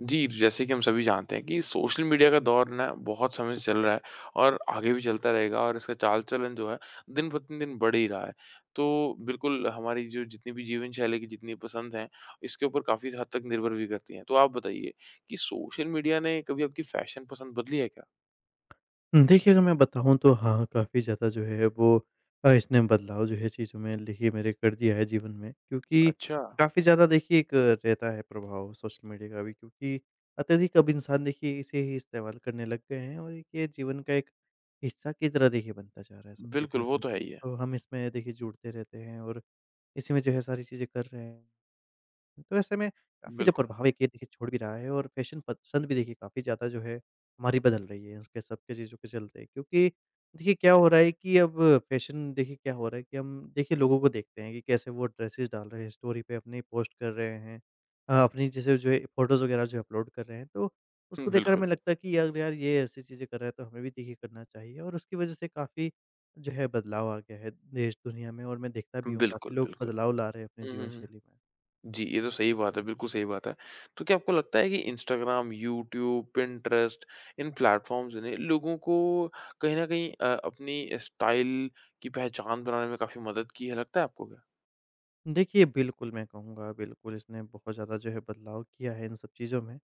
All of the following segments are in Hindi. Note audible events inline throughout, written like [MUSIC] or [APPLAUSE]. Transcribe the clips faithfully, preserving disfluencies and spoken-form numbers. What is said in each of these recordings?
जी, जैसे कि हम सभी जानते हैं कि सोशल मीडिया का दौर ना बहुत समय से चल रहा है और आगे भी चलता रहेगा और इसका चाल-चलन जो है दिन प्रतिदिन बढ़ ही रहा है। तो बिल्कुल हमारी जो जितनी भी जीवन शैली की जितनी पसंद हैं, इसके ऊपर काफ़ी हद तक निर्भर भी करती हैं। तो आप बताइए कि सोशल मीडिया ने कभी आपकी फ़ैशन पसंद बदली है क्या? देखिए, अगर मैं बताऊँ तो हाँ, काफ़ी ज़्यादा जो है वो अ, इसने बदलाव जो है चीज़ों में देखिए मेरे कर दिया है जीवन में, क्योंकि अच्छा, काफ़ी ज़्यादा देखिए एक रहता है प्रभाव सोशल मीडिया का भी। क्योंकि अत्यधिक अब इंसान देखिए इसे ही इस्तेमाल करने लग गए हैं और एक ये जीवन का एक हिस्सा की तरह देखिए बनता जा रहा है सबके बिल्कुल, जीवन वो में। तो है ही है। तो हम इसमें देखिए जुड़ते रहते हैं और इसी में जो है सारी चीज़ें कर रहे हैं। तो ऐसे में काफ़ी जो बिल्कुल। प्रभाव एक ये देखिए छोड़ भी रहा है और फ़ैशन पसंद भी देखिए काफ़ी ज़्यादा जो है हमारी बदल रही है इसके सबके चीज़ों के चलते। क्योंकि देखिए क्या हो रहा है कि अब फ़ैशन देखिए क्या हो रहा है कि हम देखिए लोगों को देखते हैं कि कैसे वो ड्रेसेस डाल रहे हैं, स्टोरी पे अपनी पोस्ट कर रहे हैं। अ, अपनी जैसे जो है फ़ोटोज़ वगैरह जो अपलोड कर रहे हैं, तो हुँ, उसको देखकर बिल्कुल। हमें लगता है कि यार यार ये ऐसी चीज़ें कर रहा है तो हमें भी देखिए करना चाहिए। और उसकी वज़ह से काफ़ी जो है बदलाव आ गया है देश दुनिया में और मैं देखता भी हूँ बिल्कुल, काफ़ी लोग बिल्कुल। बदलाव ला रहे हैं अपनी हुँ, हुँ, जीवन हुँ। शैली में। जी, ये तो सही बात है, बिल्कुल सही बात है। तो क्या आपको लगता है कि इंस्टाग्राम, यूट्यूब, पिंटरेस्ट इन प्लेटफ़ॉर्म्स ने लोगों को कहीं न कहीं अ, अपनी स्टाइल की पहचान बनाने में काफ़ी मदद की है, लगता है आपको क्या? देखिए, बिल्कुल मैं कहूँगा बिल्कुल इसने बहुत ज़्यादा जो है बदलाव किया है इन सब चीज़ों में।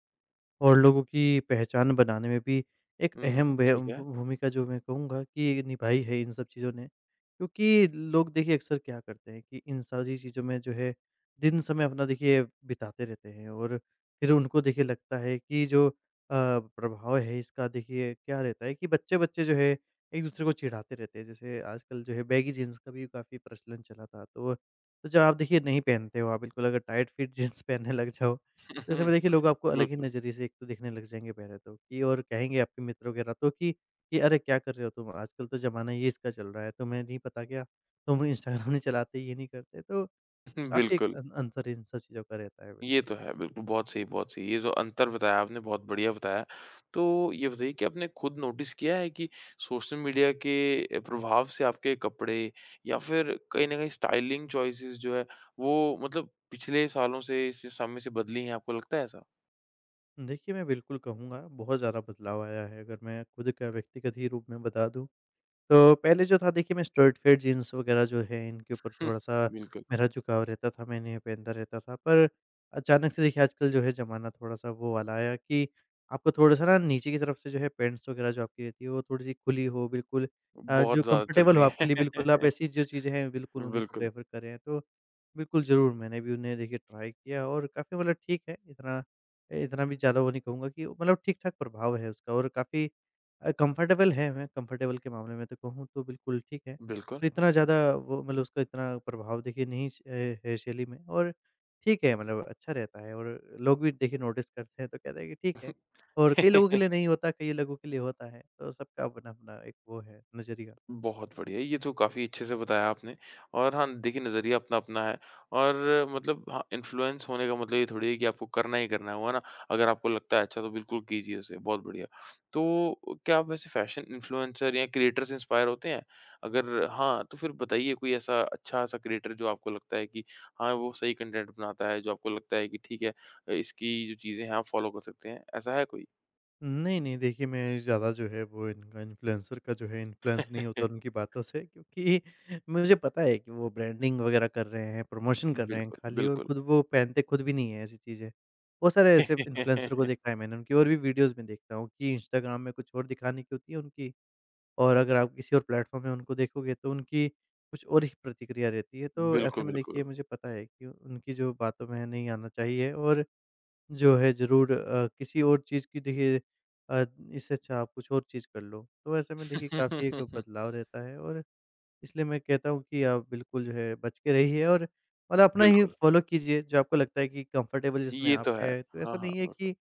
और लोगों की पहचान बनाने में भी एक हुँ, हुँ, अहम भ ठीक है। भू भूमिका जो मैं कहूँगा कि निभाई है इन सब चीज़ों ने। क्योंकि लोग देखिए अक्सर क्या करते हैं कि इन सारी चीज़ों में जो है दिन समय अपना देखिए बिताते रहते हैं और फिर उनको देखिए लगता है कि जो अ, प्रभाव है इसका देखिए क्या रहता है कि बच्चे-बच्चे जो है एक-दूसरे को चिढ़ाते रहते हैं। जैसे आजकल जो है बैगी जीन्स का भी काफ़ी प्रचलन चला था। तो तो जब आप देखिए नहीं पहनते हो आप, बिल्कुल अगर टाइट फिट [LAUGHS] जीन्स पहनने लग जाओ, ऐसे में देखिए लोग [LAUGHS] आपको अलग ही बिल्कुल, नज़रिए से एक तो देखने लग जाएँगे पहले तो, कि और कहेंगे आपके मित्र वगैरह तो कि कि अरे क्या कर रहे हो तुम? आजकल तो ज़माना ये इसका चल रहा है, तुम्हें नहीं पता क्या? तुम इंस्टाग्राम नहीं चलाते, ये नहीं करते। तो [LAUGHS] काफ़ी एक बिल्कुल। अन अंतर इन सब चीज़ों का रहता है ये बिल्कुल। तो है, बिल्कुल, बहुत सही, बहुत सही। ये जो अंतर बताया आपने बहुत बढ़िया बताया। तो ये बताइए कि आपने खुद नोटिस किया है कि सोशल मीडिया के प्रभाव से आपके कपड़े या फिर कहीं न कहीं स्टाइलिंग चॉइसेस जो है वो मतलब पिछले सालों से इस समय से बदली हैं, आपको लगता है ऐसा? देखिए मैं बिल्कुल कहूँगा बहुत ज़्यादा बदलाव आया है, अगर मैं खुद का व्यक्तिगत ही रूप में बता दूँ तो पहले जो था देखिए मैं स्ट्रेट फिट जीन्स वगैरह जो है इनके ऊपर [LAUGHS] हम्म, थोड़ा-सा बिल्कुल, मेरा झुकाव रहता था, मैं इन्हें पहनता रहता था। पर अचानक से देखिए आजकल जो है ज़माना थोड़ा-सा वो वाला आया कि आपको थोड़ा-सा ना नीचे की तरफ से जो है पैंट्स वगैरह जो आपकी रहती है वो थोड़ी-सी खुली हो बिल्कुल। अ, बहुत जो ज़्यादा चल कंफर्टेबल हो रही हैं। आपके लिए बिल्कुल आप [LAUGHS] ऐसी जो चीज़ें हैं बिल्कुल उन्हीं को बिल्कुल, प्रेफ़र कर रहे हैं। तो बिल्कुल ज़रूर मैंने भी उन्हें देखिए ट्राई किया और काफ़ी मतलब ठीक है, इतना इतना भी ज़्यादा वो नहीं कहूँगा कि, मतलब ठीक-ठाक प्रभाव है उसका और काफ़ी अ, कंफर्टेबल है मैं, कंफर्टेबल के मामले में तो कहूँ तो बिल्कुल ठीक है। बिल्कुल। तो इतना ज़्यादा वो मतलब उसका इतना प्रभाव देखिए नहीं श ए, है शैली में और ठीक है, मतलब अच्छा रहता है और लोग भी देखिए नोटिस करते हैं तो कहते हैं कि ठीक है। और कई लोगों के लिए [LAUGHS] नहीं होता, कई लोगों के लिए होता है। तो सबका अपना-अपना एक वो है नज़रिया। बहुत बढ़िया, ये तो काफ़ी अच्छे से बताया आपने और हाँ, देखिए नज़रिया अपना-अपना है और मतलब हाँ, इन्फ्लुएंस होने का मतलब ये थोड़ी है कि आपको करना ही करना है, वो है ना? अगर आपको लगता है अच्छा तो बिल्कुल कीजिए उसे, बहुत बढ़िया। तो क्या आप वैसे फैशन इन्फ्लुएंसर या क्रिएटर से इंस्पायर होते हैं? अगर हाँ, तो फिर बताइए कोई ऐसा अच्छा-सा क्रिएटर जो आपको लगता है कि हाँ, वो सही कंटेंट बनाता है, जो आपको लगता है कि ठीक है, इसकी जो चीज़ें हैं आप फॉलो कर सकते हैं, ऐसा है कोई? नहीं, नहीं। देखिए, मैं ज़्यादा जो है वो इनका इन्फ्लुएंसर का जो है इन्फ्लुएंस नहीं होता उनकी [LAUGHS] बातों से, क्योंकि [LAUGHS] मुझे पता है कि वो ब्रांडिंग वगैरह कर रहे हैं, प्रमोशन कर रहे हैं बिल्कुल, खाली और बिल्कुल। खुद वो पहनते खुद भी नहीं है ऐसी चीज़ें। बहुत सारे ऐसे इन्फ्लुएंसर को [LAUGHS] देखा है मैंने, उनकी और भी वीडियोज़ में देखता हूँ कि इंस्टाग्राम में कुछ और दिखाने की होती है उनकी, और अगर आप किसी और प्लेटफ़ॉर्म में उनको देखोगे तो उनकी कुछ और ही प्रतिक्रिया रहती है। तो बिल्कुल, ऐसे में बिल्कुल। देखिए मुझे पता है कि उनकी जो बातों में नहीं आना चाहिए और जो है ज़रूर अ, किसी और चीज़ की देखिए अ, इससे अच्छा आप कुछ और चीज़ कर लो। तो ऐसे में देखिए काफ़ी एक [LAUGHS] बदलाव रहता है और इसलिए मैं कहता हूँ कि आप बिल्कुल जो है बच के रहिए और और अपना ही बिल्कुल, फ़ॉलो कीजिए जो आपको लगता है कि कंफ़र्टेबल जिसमें ये आप तो है। हैं। तो हाँ, ऐसा नहीं है हाँ। कि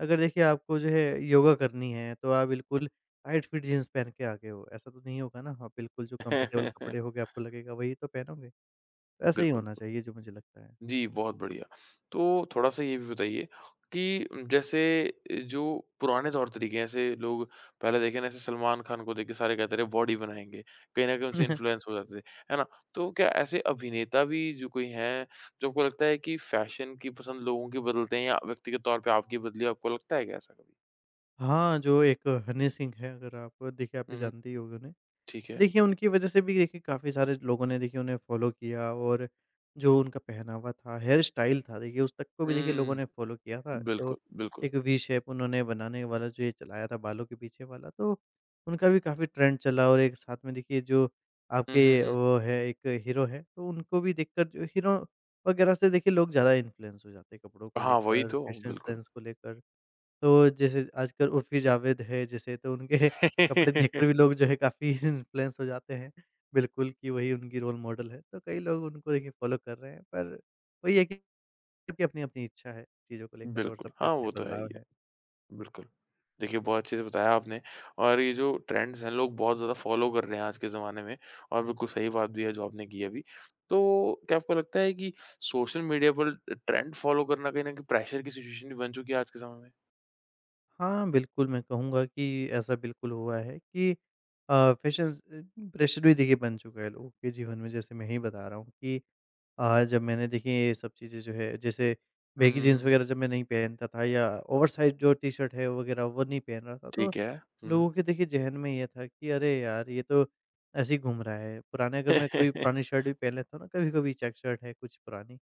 अगर देखिए आपको जो है योगा करनी है तो आप बिल्कुल टाइट फिट जीन्स पहन के आ गए हो, ऐसा तो नहीं होगा ना। आप बिल्कुल जो कंफ़र्टेबल बिल्कुल, [LAUGHS] कपड़े होंगे आपको लगेगा वही तो पहनोगे। तो ऐसा ही बिल्कुल होना चाहिए जो मुझे लगता है। जी, बहुत बढ़िया। तो थोड़ा-सा ये भी बताइए कि जैसे जो पुराने तौर-तरीके हैं, ऐसे लोग पहले देखे ना, ऐसे सलमान खान को देख के सारे कहते रहे, बॉडी बनाएँगे। कहीं न कहीं उनसे [LAUGHS] इन्फ्लुएंस हो जाते थे, है ना? तो क्या ऐसे अभिनेता भी जो कोई हैं, जो आपको लगता है कि फ़ैशन की पसंद लोगों की बदलते हैं या व्यक्तिगत तौर पे आपकी बदली है, आपको लगता है क्या ऐसा कभी? हाँ, जो एक हनी सिंह हैं, अगर आप देखिए आप भी हुँ, हुँ। जानते ही होंगे उन्हें। ठीक तो है। देखिए उनकी वजह से भी देखिए काफ़ी सारे लोगों ने देखिए उन्हें फ़ॉलो किया और जो उनका पहनावा था, हेयर स्टाइल था, देखिए उस तक को भी देखिए लोगों हुँ, ने फ़ॉलो किया था। जो बिल्कुल, बिल्कुल। एक वी शेप उन्होंने बनाने वाला जो ये चलाया था बालों के पीछे वाला, तो उनका भी काफ़ी ट्रेंड चला। और एक साथ में देखिए जो हुँ, हुँ, आपके हुँ। वो है एक हीरो हैं, तो उनको भी देखकर जो हीरो वगैरह से देखिए लोग ज़्यादा इन्फ्लुएंस हो जाते हैं कपड़ों को हाँ, वही लेकर, तो, फैशन बिल्कुल। सेंस को लेकर। तो जैसे आजकल उर्फ़ी जावेद है जैसे, तो उनके [LAUGHS] कपड़े [LAUGHS] देखकर भी लोग जो है काफ़ी [LAUGHS] इन्फ्लुएंस हो जाते हैं, बिल्कुल, कि वही उनकी रोल मॉडल है। तो कई लोग उनको देखिए फ़ॉलो कर रहे हैं, पर वही है कि सबकी अपनी-अपनी इच्छा है चीज़ों को लेकर और बिल्कुल, सब पे हाँ, अपने वो तो है ही बदलाव है, हैं। बिल्कुल। देखिए, बहुत अच्छे से बताया आपने और ये जो ट्रेंड्स हैं, लोग बहुत ज़्यादा फ़ॉलो कर रहे हैं आज के ज़माने में और बिल्कुल सही बात भी है जो आपने की अभी। तो क्या आपको लगता है कि सोशल मीडिया पर ट्रेंड फ़ॉलो करना कहीं न कहीं प्रेशर की सिचुएशन भी बन चुकी है आज के समय में? हाँ, बिल्कुल, मैं कहूँगा कि ऐसा बिल्कुल हुआ है कि अ, फैशन अ, प्रेशर भी देखिए बन चुका है लोगों के जीवन में, जैसे मैं ही बता रहा हूँ कि अ, जब मैंने देखिए ये सब चीज़ें जो है जैसे हुँ, बैगी हुँ, जीन्स हुँ। वग़ैरह जब मैं नहीं पहनता था या ओवरसाइज़ जो टी-शर्ट है वग़ैरह वो नहीं पहन रहा था, तो ठीक है। हुँ। लोगों के देखिए ज़हन में ये था कि अरे यार! ये तो ऐसे ही घूम रहा है। पुराने अगर मैं कोई पुरानी शर्ट भी पहन लेता हूँ ना कभी-कभी, चेक शर्ट है कुछ पुरानी,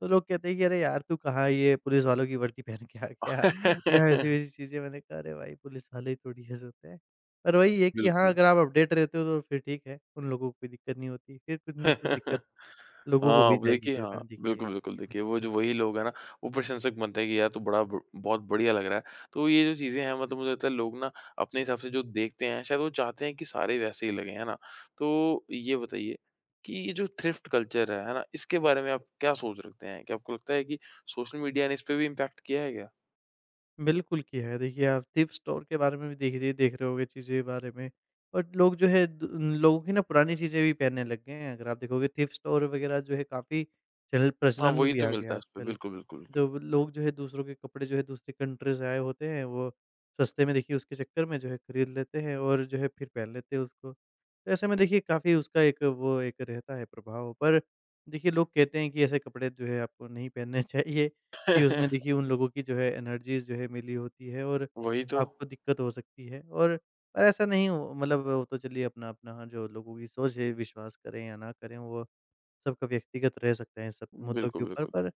तो लोग कहते हैं कि अरे यार तू कहाँ ये पुलिस वालों की वर्दी पहन के आ गया [LAUGHS] या ऐसी-वैसी [LAUGHS] चीज़ें। मैंने कहा अरे भाई पुलिस वाले ही थोड़ी ऐसे होते हैं। पर वही है कि हाँ, बिल्कुल। अगर आप अपडेट रहते हो तो फिर ठीक है, उन लोगों को कोई दिक्कत नहीं होती, फिर कुछ ना कुछ दिक्कत [LAUGHS] लोगों को हो हाँ, ही अब जाएगी देखिए फिर, हाँ, मैंने देखी है। बिल्कुल, बिल्कुल देखिए वो जो वही लोग हैं ना, वो प्रशंसक बनते हैं कि यार तू बड़ा ब बहुत बढ़िया लग रहा है। तो ये जो चीज़ें हैं मतलब मुझे लगता है लोग ना अपने हिसाब से जो देखते हैं, शायद वो चाहते हैं कि सारे वैसे ही लगें, है ना? तो ये बताइए कि ये जो थ्रिफ्ट कल्चर है, है ना? इसके बारे में आप क्या सोच रखते हैं? क्या आपको लगता है कि सोशल मीडिया ने इसपे भी इम्पैक्ट किया है क्या? बिल्कुल की है, देखिए आप थ्रिफ्ट स्टोर के बारे में भी देख रही देख रहे होंगे चीज़ों के बारे में, और लोग जो है द उन लोगों की ना पुरानी चीज़ें भी पहनने लग गए हैं, अगर आप देखोगे थ्रिफ्ट स्टोर वगैरह जो है काफ़ी चल हाँ, प्रचलन में वही भी तो आ मिलता गया है उसपे। आजकल। बिल्कुल, बिल्कुल, बिल्कुल। जब लोग जो है दूसरों के कपड़े जो है दूसरी कंट्रीज़ से आए होते हैं, वो सस्ते में देखिए उसके चक्कर में जो है खरीद लेते हैं और जो है फिर पहन लेते हैं उसको। तो ऐसे में देखिए काफ़ी उसका एक वो एक रहता है प्रभाव, पर देखिए लोग कहते हैं कि ऐसे कपड़े जो है आपको नहीं पहनने [LAUGHS] चाहिए, कि उसमें [LAUGHS] देखिए उन लोगों की जो है एनर्जीज़ जो है मिली होती है और वही तो। आपको दिक्कत हो सकती है। और पर ऐसा नहीं हो, मतलब वो तो चलिए अपना-अपना जो लोगों की सोच है विश्वास करें या ना करें, वो सबका व्यक्तिगत रह सकता है इन सब मुद्दों के बिल्कुल, ऊपर। बिल्कुल। पर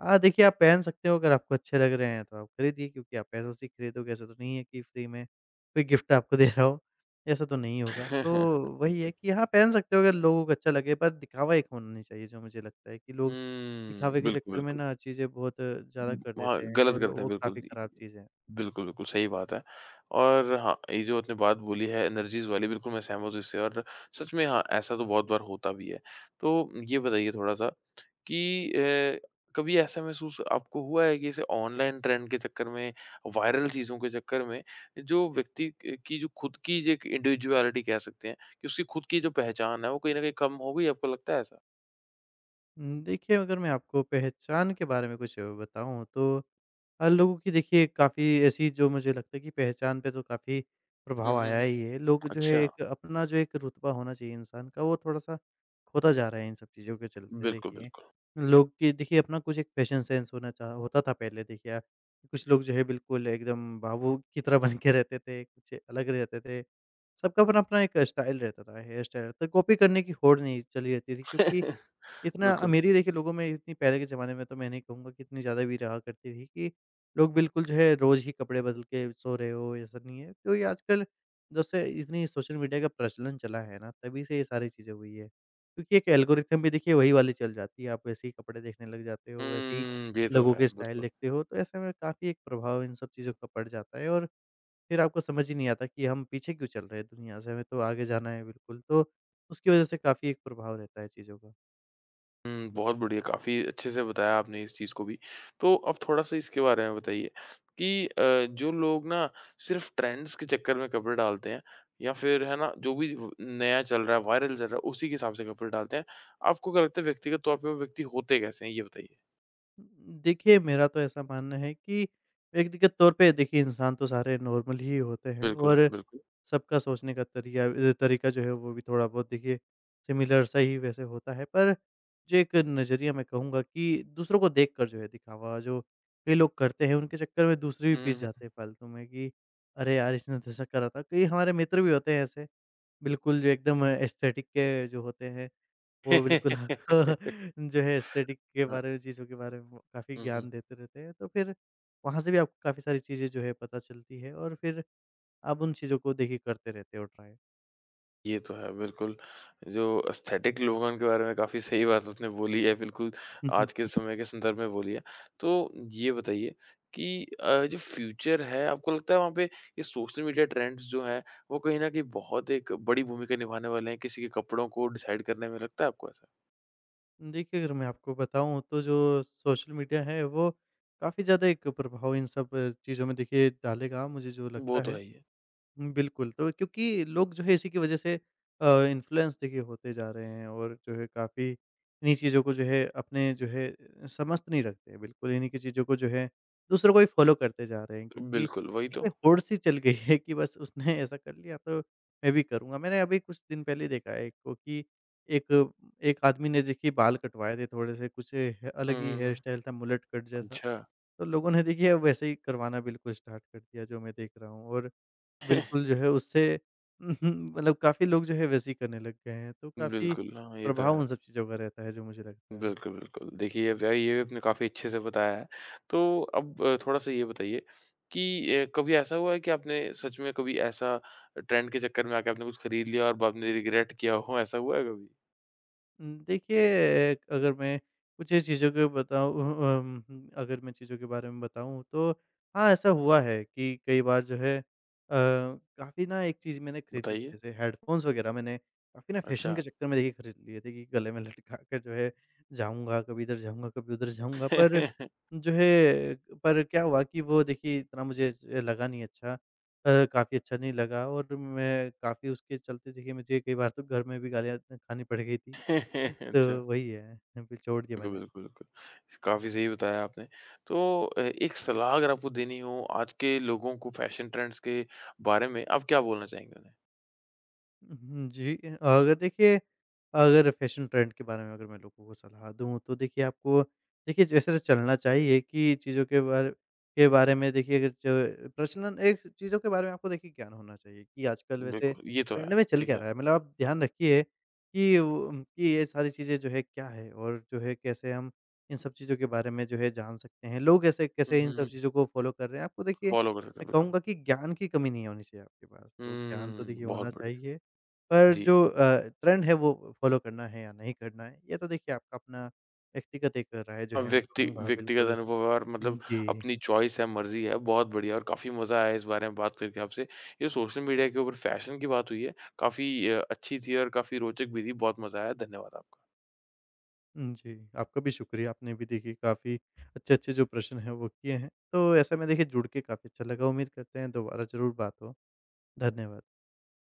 हाँ, देखिए आप पहन सकते हो अगर आपको अच्छे लग रहे हैं तो आप खरीदिए, क्योंकि आप पैसों से ही खरीदोगे, ऐसा तो नहीं है कि फ्री में कोई गिफ्ट आपको [LAUGHS] दे रहा हो, ऐसा तो नहीं होगा। तो [LAUGHS] वही है बिल्कुल। कि हाँ, पहन सकते हो अगर लोगों को अच्छा लगे, पर दिखावा एक होना नहीं चाहिए जो मुझे लगता है कि लोग हुँ, दिखावे के बिल्कुल, चक्कर में बिल्कुल। ना चीज़ें बहुत ज़्यादा कर हाँ, देते हैं गलत और करते हैं वो बिल्कुल। काफ़ी खराब चीज़ है। बिल्कुल, बिल्कुल सही बात है और हाँ, ये जो आपने बात बोली है एनर्जीज़ वाली बिल्कुल मैं सहमत हूँ इससे और सच में हाँ, ऐसा तो बहुत बार होता भी है। तो ये बताइए थोड़ा-सा कि अ, कभी ऐसा महसूस आपको हुआ है कि जैसे ऑनलाइन ट्रेंड के चक्कर में, वायरल चीज़ों के चक्कर में जो व्यक्ति क की जो खुद की जो एक इंडिविडुअलिटी कह सकते हैं कि उसकी खुद की जो पहचान है वो कहीं न कहीं कम हो गई, आपको लगता है ऐसा? उम, देखिए अगर मैं आपको पहचान के बारे में कुछ बताऊँ तो अ, लोगों की देखिए काफ़ी ऐसी जो मुझे लगता है कि पहचान पे तो काफ़ी हुँ, प्रभाव हुँ, आया हुँ। ही है। लोग जो है अच्छा। एक अपना जो एक रुतबा होना चाहिए इंसान का वो थोड़ा-सा खोता जा रहा है इन सब चीज़ों के चलते बिल्कुल, देखिए। बिल्कुल। लोग की देखिए अपना कुछ एक फैशन सेंस होना चा होता था पहले, देखिए अ, कुछ लोग जो है बिल्कुल एकदम बाबू की तरह बन के रहते थे, कुछ अलग रहते थे। सबका अपना-अपना एक स्टाइल रहता था, हेयर स्टाइल तो कॉपी करने की होड़ नहीं चली रहती थी, क्योंकि [LAUGHS] इतना बिल्कुल। अमीरी देखिए लोगों में इतनी पहले के ज़माने में तो मैं नहीं कहूँगा कि इतनी ज़्यादा भी रहा करती थी, कि लोग बिल्कुल जो है रोज़ ही कपड़े बदल के सो रहे हो, ऐसा नहीं है। तो ये आजकल जब से इतनी सोशल मीडिया का प्रचलन चला है ना, तभी से ये सारी चीज़ें हुई है। क्योंकि एक एल्गोरिथम भी देखिए वही वाली चल जाती है, आप वैसे ही कपड़े देखने लग जाते हो, वैसे ही हुँ, ये तो लोगों है, के स्टाइल बिल्कुल। देखते हो, तो ऐसे में काफ़ी एक प्रभाव इन सब चीज़ों का पड़ जाता है। और फिर आपको समझ ही नहीं आता कि हम पीछे क्यों चल रहे हैं दुनिया से, हमें तो आगे जाना है बिल्कुल। तो उसकी वज़ह से काफ़ी एक प्रभाव रहता है चीज़ों का। हुँ, बहुत बढ़िया, काफ़ी अच्छे से बताया आपने इस चीज़ को भी। तो अब थोड़ा-सा इसके बारे में बताइए कि अ, जो लोग ना सिर्फ़ ट्रेंड्स के चक्कर में कपड़े डालते हैं या फिर है ना, जो भी व नया चल रहा है, वायरल चल रहा है, उसी के हिसाब से कपड़े डालते हैं। आपको क्या लगता है व्यक्तिगत तौर पे वो व्यक्ति होते कैसे हैं? ये बताइए? देखिए, मेरा तो ऐसा मानना है कि व्यक्तिगत तौर पे देखिए इंसान तो सारे नॉर्मल ही होते हैं। बिल्कुल, और बिल्कुल। सबका सोचने का तरिया अ, तरीका जो है वो भी थोड़ा बहुत देखिए सिमिलर सा ही वैसे होता है। पर जो एक नज़रिया मैं कहूँगा कि दूसरों को देखकर जो है दिखावा जो कई लोग करते हैं, उनके चक्कर में दूसरे भी हुँ, पिस हुँ, हुँ। जाते हैं फालतू में कि अरे यार! इसने तो ऐसा करा था। कई हमारे मित्र भी होते हैं ऐसे, बिल्कुल जो एकदम एस्थेटिक के जो होते हैं, वो बिल्कुल आपको [LAUGHS] [LAUGHS] जो है एस्थेटिक के हाँ। बारे में, चीज़ों के बारे में काफ़ी हुँ, हुँ। ज्ञान देते रहते हैं। तो फिर वहाँ से भी आपको काफ़ी सारी चीज़ें जो है पता चलती है। और फिर आप उन चीज़ों को देखिए करते रहते हो ट्राई। ये तो है बिल्कुल, जो एस्थेटिक लोगों के बारे में काफ़ी सही बात आपने बोली है, बिल्कुल आज के [LAUGHS] समय के संदर्भ में बोली है। तो ये बताइए कि अ, जो फ्यूचर है आपको लगता है वहाँ पे ये सोशल मीडिया ट्रेंड्स जो हैं वो कहीं न कहीं बहुत एक बड़ी भूमिका निभाने वाले हैं किसी के कपड़ों को डिसाइड करने में, लगता है आपको ऐसा? देखिए, अगर मैं आपको बताऊँ तो जो सोशल मीडिया है, वो काफ़ी ज़्यादा एक प्रभाव इन सब चीज़ों में देखिए डालेगा, मुझे जो वो लगता तो है। है ही है। हुँ, बिल्कुल। तो क्योंकि लोग जो है इसी की वजह से अ, इन्फ्लुएंस देखिए होते जा रहे हैं और जो है काफ़ी इन्हीं चीज़ों को जो है अपने जो है अ, समस्त नहीं रखते हैं, बिल्कुल इन्हीं की चीज़ों को जो है दूसरों को ही फ़ॉलो करते जा रहे हैं। क्योंकि बिल्कुल, वही तो। एक होड़-सी चल गई है कि बस उसने [LAUGHS] ऐसा कर लिया, तो मैं भी करूँगा। मैंने अभी कुछ दिन पहले देखा है एक को कि एक एक आदमी ने देखिए बाल कटवाए थे थोड़े-से, कुछ ह हुँ, अलग ही हुँ, हेयर हुँ। स्टाइल था, मुलेट कट जैसा। अच्छा। तो लोगों ने देखिए वैसे ही करवाना बिल्कुल स्टार्ट कर दिया, जो मैं देख रहा हूँ। और बिल्कुल, [LAUGHS] जो है उससे [LAUGHS] मतलब काफ़ी लोग जो है वैसे ही करने लग गए हैं। तो काफ़ी बिल्कुल, हाँ, ये तो प्रभाव है। उन सब चीज़ों का रहता है, जो मुझे लगता है। बिल्कुल, बिल्कुल। देखिए, अब यार ये भी आपने काफ़ी अच्छे से बताया है। तो अब थोड़ा-सा ये बताइए कि अ, कभी ऐसा हुआ है कि आपने सच में कभी ऐसा ट्रेंड के चक्कर में आके आपने कुछ खरीद लिया और आपने रिग्रेट किया हो, ऐसा हुआ है कभी? उम, देखिए, अ, अगर मैं कुछ ये चीज़ों को बताऊँ, अम, अगर मैं चीज़ों के बारे में बताऊँ, तो हाँ, ऐसा हुआ है कि कई बार जो है अ, काफ़ी ना एक चीज़ मैंने खरीदी थी, बताइए। जैसे हेडफ़ोन्स वग़ैरह मैंने काफ़ी ना फ़ैशन अच्छा। के चक्कर में देखिए खरीद लिए थे कि गले में लटका कर जो है जाऊँगा, कभी इधर जाऊँगा, कभी उधर जाऊँगा। पर [LAUGHS] जो है, पर क्या हुआ कि वो देखिए इतना मुझे ज लगा नहीं अच्छा, अ, काफ़ी अच्छा नहीं लगा, और मैं काफ़ी उसके चलते देखिए मुझे कई बार तो घर में भी गालियाँ खानी पड़ गई थी। अच्छा। तो वही है, बिछोड़ दिया बिल्कुल, मैंने। बिल्कुल, बिल्कुल। काफ़ी सही बताया आपने। तो अ, एक सलाह अगर आपको देनी हो आज के लोगों को फैशन ट्रेंड्स के बारे में, आप क्या बोलना चाहेंगे उन्हें? उहुँ, जी। अ, अगर देखिए, अगर फैशन ट्रेंड के बारे में अगर मैं लोगों को सलाह दूँ, तो देखिए आपको देखिए जैसे चलना चाहिए कि चीज़ों के बारे के बारे में देखिए, अगर च प्रचलन एक चीज़ों के बारे में आपको देखिए ज्ञान होना चाहिए कि आजकल वैसे बिल्कुल, ये तो है। ट्रेंड में चल ठीक क्या है। रहा है। मतलब आप ध्यान रखिए कि वो, कि ये सारी चीज़ें जो है क्या है, और जो है कैसे हम इन सब चीज़ों के बारे में जो है जान सकते हैं। लोग ऐसे हुँ, कैसे हुँ, इन सब हुँ। चीज़ों को फ़ॉलो कर रहे हैं। आपको देखिए फ़ॉलो कर सकते हैं, मैं बिल्कुल। कहूँगा कि ज्ञान की कमी नहीं होनी चाहिए आपके पास। तो ज्ञान तो हुँ, देखिए बहुत होना बढ़िया। चाहिए। पर जी। जो अ, ट्रेंड है, वो फ़ॉलो करना है या नहीं करना है, ये तो देखिए आपका अपना व्यक्तिगत एक राय जो अब है मैं व्यक्ति कहूँगा व्यक्तिगत बिल्कुल। अनुभव है और उम, मतलब जी। अपनी चॉइस है, मर्ज़ी है, बहुत बढ़िया और काफ़ी मज़ा आया इस बारे में बात करके आपसे। ये सोशल मीडिया के ऊपर फ़ैशन की बात हुई है, काफ़ी अ, अच्छी थी और काफ़ी रोचक भी थी। बहुत मज़ा आया। धन्यवाद आप उम, जी, आपका भी शुक्रिया, आपने भी देखिए काफ़ी अच्छे-अच्छे जो प्रश्न हैं वो किए हैं। तो ऐसे में देखिए जुड़ के काफ़ी अच्छा लगा, उम्मीद करते हैं दोबारा ज़रूर बात हो। धन्यवाद।